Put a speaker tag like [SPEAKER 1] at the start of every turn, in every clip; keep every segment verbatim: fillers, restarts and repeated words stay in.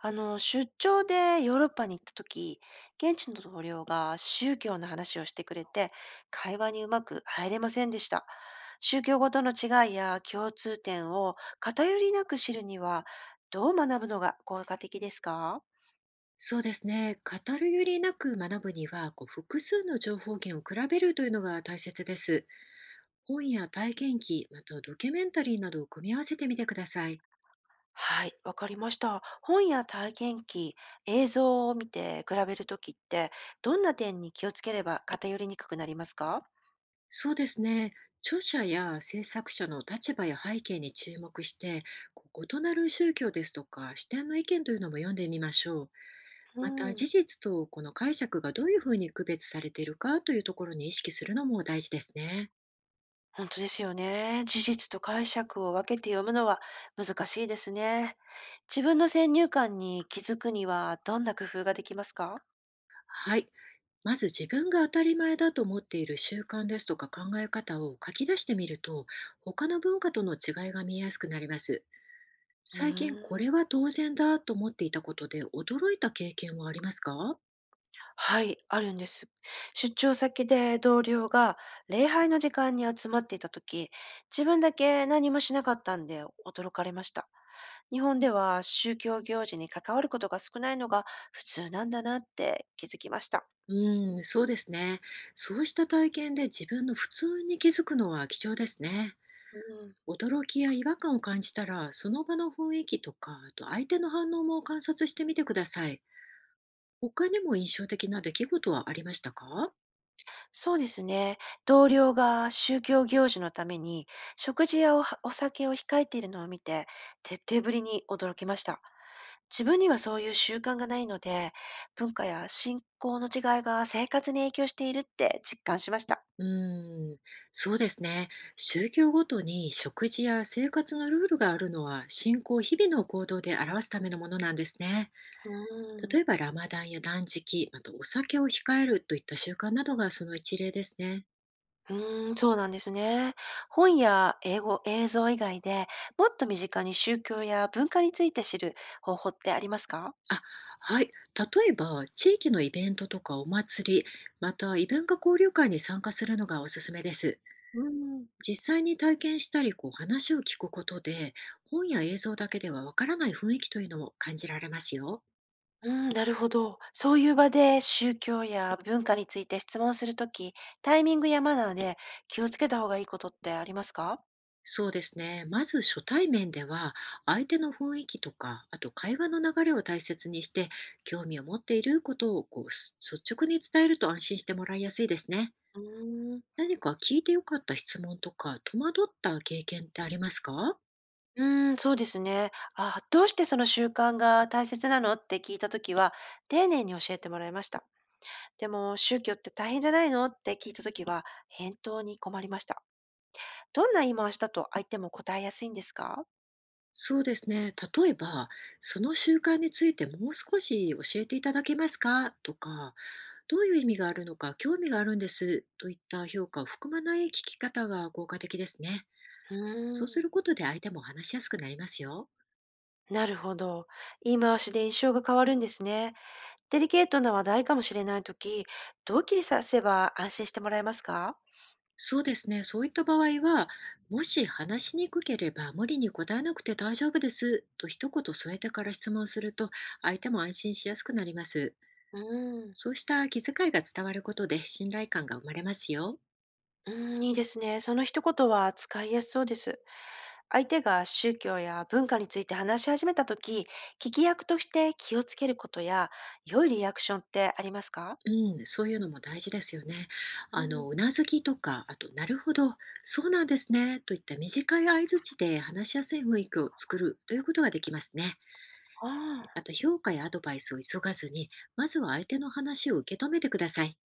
[SPEAKER 1] あの、出張でヨーロッパに行った時、現地の同僚が宗教の話をしてくれて、会話にうまく入れませんでした。宗教ごとの違いや共通点を偏りなく知るには、どう学ぶのが効果的ですか？
[SPEAKER 2] そうですね。語るよりなく学ぶには、こう複数の情報源を比べるというのが大切です。本や体験記、またドキュメンタリーなどを組み合わせてみてください。
[SPEAKER 1] はい、わかりました。本や体験記、映像を見て比べるときって、どんな点に気をつければ偏りにくくなりますか？
[SPEAKER 2] そうですね。著者や制作者の立場や背景に注目して、こう異なる宗教ですとか視点の意見というのも読んでみましょう。
[SPEAKER 1] う
[SPEAKER 2] また事
[SPEAKER 1] ん。
[SPEAKER 2] 実とこの解釈がどういうふうに区別されているかというところに意識するのも大事ですね。
[SPEAKER 1] 本当ですよね。事実と解釈を分けて読むのは難しいですね。自分の先入観に気づくにはどんな工夫ができますか？
[SPEAKER 2] はい。まず自分が当たり前だと思っている習慣ですとか考え方を書き出してみると、他の文化との違いが見えやすくなります。
[SPEAKER 1] う
[SPEAKER 2] 最近こ
[SPEAKER 1] ーん。
[SPEAKER 2] れは当然だと思っていたことで驚いた経験はありますか？
[SPEAKER 1] はい、あるんです。出張先で同僚が礼拝の時間に集まっていた時、自分だけ何もしなかったんで驚かれました。日本では宗教行事に関わることが少ないのが普通なんだなって気づきました。
[SPEAKER 2] うん、そうですね。そうした体験で自分の普通に気づくのは貴重ですね。
[SPEAKER 1] うん、
[SPEAKER 2] 驚きや違和感を感じたら、その場の雰囲気とか、あと相手の反応も観察してみてください。他にも印象的な出来事はありましたか？
[SPEAKER 1] そうですね。同僚が宗教行事のために食事やおお酒を控えているのを見て、徹底ぶりに驚きました。自分にはそういう習慣がないので、文化や信仰の違いが生活に影響しているって実感しました。
[SPEAKER 2] うーん、そうですね。宗教ごとに食事や生活のルールがあるのは信仰を日々の行動で表すためのものなんですね。
[SPEAKER 1] うー
[SPEAKER 2] 例
[SPEAKER 1] ん、
[SPEAKER 2] えばラマダンや断食、あとお酒を控えるといった習慣などがその一例ですね。
[SPEAKER 1] うーん、そうなんですね。本や英語、映像以外でもっと身近に宗教や文化について知る方法ってありますか？
[SPEAKER 2] あ、はい。例えば地域のイベントとかお祭り、またイベント交流会に参加するのがおすすめです。
[SPEAKER 1] うん。
[SPEAKER 2] 実際に体験したり、こう話を聞くことで、本や映像だけではわからない雰囲気というのも感じられますよ。
[SPEAKER 1] うん、なるほど。そういう場で宗教や文化について質問するとき、タイミングやマナーで気をつけた方がいいことってありますか？
[SPEAKER 2] そうですね。まず初対面では、相手の雰囲気とか、あと会話の流れを大切にして、興味を持っていることをこうす率直に伝えると安心してもらいやすいですね。
[SPEAKER 1] うーん。
[SPEAKER 2] 何か聞いてよかった質問とか、戸惑った経験ってありますか？
[SPEAKER 1] うーん、そうですね。あ、どうしてその習慣が大切なのって聞いたときは、丁寧に教えてもらいました。でも、宗教って大変じゃないのって聞いたときは、返答に困りました。どんな言い回しだと相手も答えやすいんですか？
[SPEAKER 2] そうですね。例えば、その習慣についてもう少し教えていただけますかとか、どういう意味があるのか興味があるんですといった評価を含まない聞き方が効果的ですね。
[SPEAKER 1] うー
[SPEAKER 2] そうす
[SPEAKER 1] ん。
[SPEAKER 2] ることで相手も話しやすくなりますよ。
[SPEAKER 1] なるほど。言い回しで印象が変わるんですね。デリケートな話題かもしれないとき、どう切りさせば安心してもらえますか？
[SPEAKER 2] そうですね。そういった場合は、もし話しにくければ無理に答えなくて大丈夫ですと一言添えてから質問すると、相手も安心しやすくなります。
[SPEAKER 1] うーん、
[SPEAKER 2] そうした気遣いが伝わることで信頼感が生まれますよ。
[SPEAKER 1] うーん、いいですね。その一言は使いやすそうです。相手が宗教や文化について話し始めたとき、聞き役として気をつけることや、良いリアクションってありますか？
[SPEAKER 2] うん、そういうのも大事ですよね。
[SPEAKER 1] う
[SPEAKER 2] あの、
[SPEAKER 1] ん。
[SPEAKER 2] うなずきとか、あと、なるほど、そうなんですね、といった短い相槌で話しやすい雰囲気を作るということができますね。
[SPEAKER 1] あ
[SPEAKER 2] あ
[SPEAKER 1] あ、
[SPEAKER 2] と評価やアドバイスを急がずに、まずは相手の話を受け止めてください。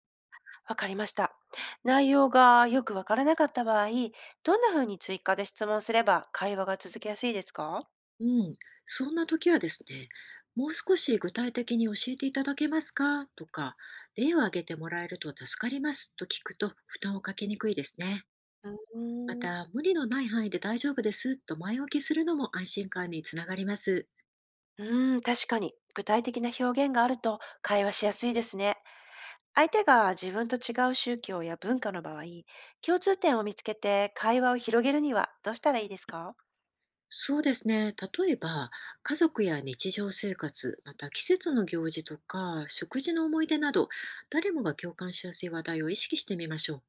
[SPEAKER 1] わかりました。内容がよくわからなかった場合、どんな風に追加で質問すれば会話が続けやすいですか？
[SPEAKER 2] うん、そんな時はですね、もう少し具体的に教えていただけますかとか、例を挙げてもらえると助かりますと聞くと負担をかけにくいですね。
[SPEAKER 1] う
[SPEAKER 2] ま
[SPEAKER 1] ーん。
[SPEAKER 2] た、無理のない範囲で大丈夫ですと前置きするのも安心感につながります。
[SPEAKER 1] うーん、確かに。具体的な表現があると会話しやすいですね。相手が自分と違う宗教や文化の場合、共通点を見つけて会話を広げるにはどうしたらいいですか？
[SPEAKER 2] そうですね。例えば、家族や日常生活、また季節の行事とか、食事の思い出など、誰もが共感しやすい話題を意識してみましょう。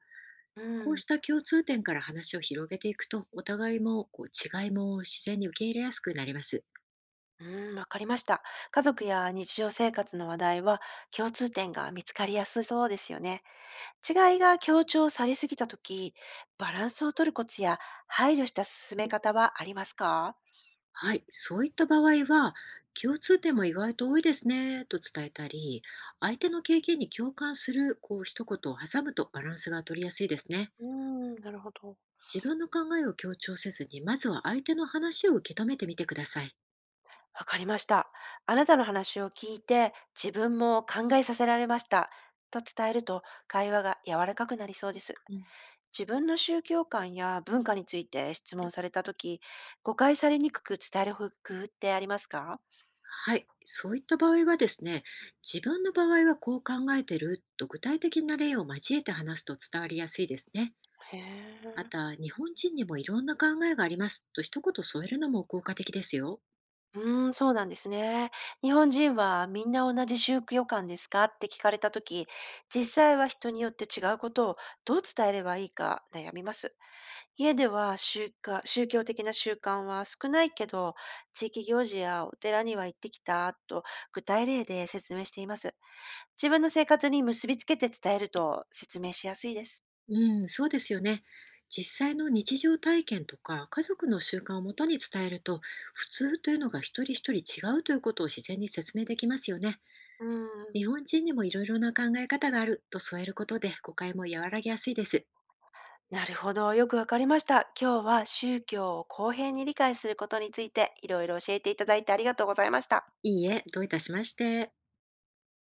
[SPEAKER 1] う
[SPEAKER 2] こう
[SPEAKER 1] ん、
[SPEAKER 2] した共通点から話を広げていくと、お互いもこう違いも自然に受け入れやすくなります。
[SPEAKER 1] うん、わかりました。家族や日常生活の話題は共通点が見つかりやすそうですよね。違いが強調されすぎたとき、バランスを取るコツや配慮した進め方はありますか？
[SPEAKER 2] はい、そういった場合は、共通点も意外と多いですね、と伝えたり、相手の経験に共感するこう一言を挟むとバランスが取りやすいですね。
[SPEAKER 1] うん、なるほど。
[SPEAKER 2] 自分の考えを強調せずに、まずは相手の話を受け止めてみてください。
[SPEAKER 1] わかりました。あなたの話を聞いて自分も考えさせられました、と伝えると会話が柔らかくなりそうです。
[SPEAKER 2] うん、
[SPEAKER 1] 自分の宗教観や文化について質問されたとき、誤解されにくく伝える工夫ってありますか？
[SPEAKER 2] はい、そういった場合はですね、自分の場合はこう考えてると具体的な例を交えて話すと伝わりやすいですね。
[SPEAKER 1] へ
[SPEAKER 2] ま
[SPEAKER 1] え。
[SPEAKER 2] た、日本人にもいろんな考えがありますと一言添えるのも効果的ですよ。
[SPEAKER 1] うーん、そうなんですね。日本人はみんな同じ宗教観ですかって聞かれたとき、実際は人によって違うことをどう伝えればいいか悩みます。家ではしゅ宗教的な習慣は少ないけど、地域行事やお寺には行ってきたと具体例で説明しています。自分の生活に結びつけて伝えると説明しやすいです。
[SPEAKER 2] うん、そうですよね。実際の日常体験とか家族の習慣をもとに伝えると、普通というのが一人一人違うということを自然に説明できますよね。
[SPEAKER 1] うん、
[SPEAKER 2] 日本人にもいろいろな考え方があると添えることで誤解も和らげやすいです。
[SPEAKER 1] なるほど。よくわかりました。今日は宗教を公平に理解することについていろいろ教えていただいてありがとうございました。
[SPEAKER 2] いいえ、どういたしまして。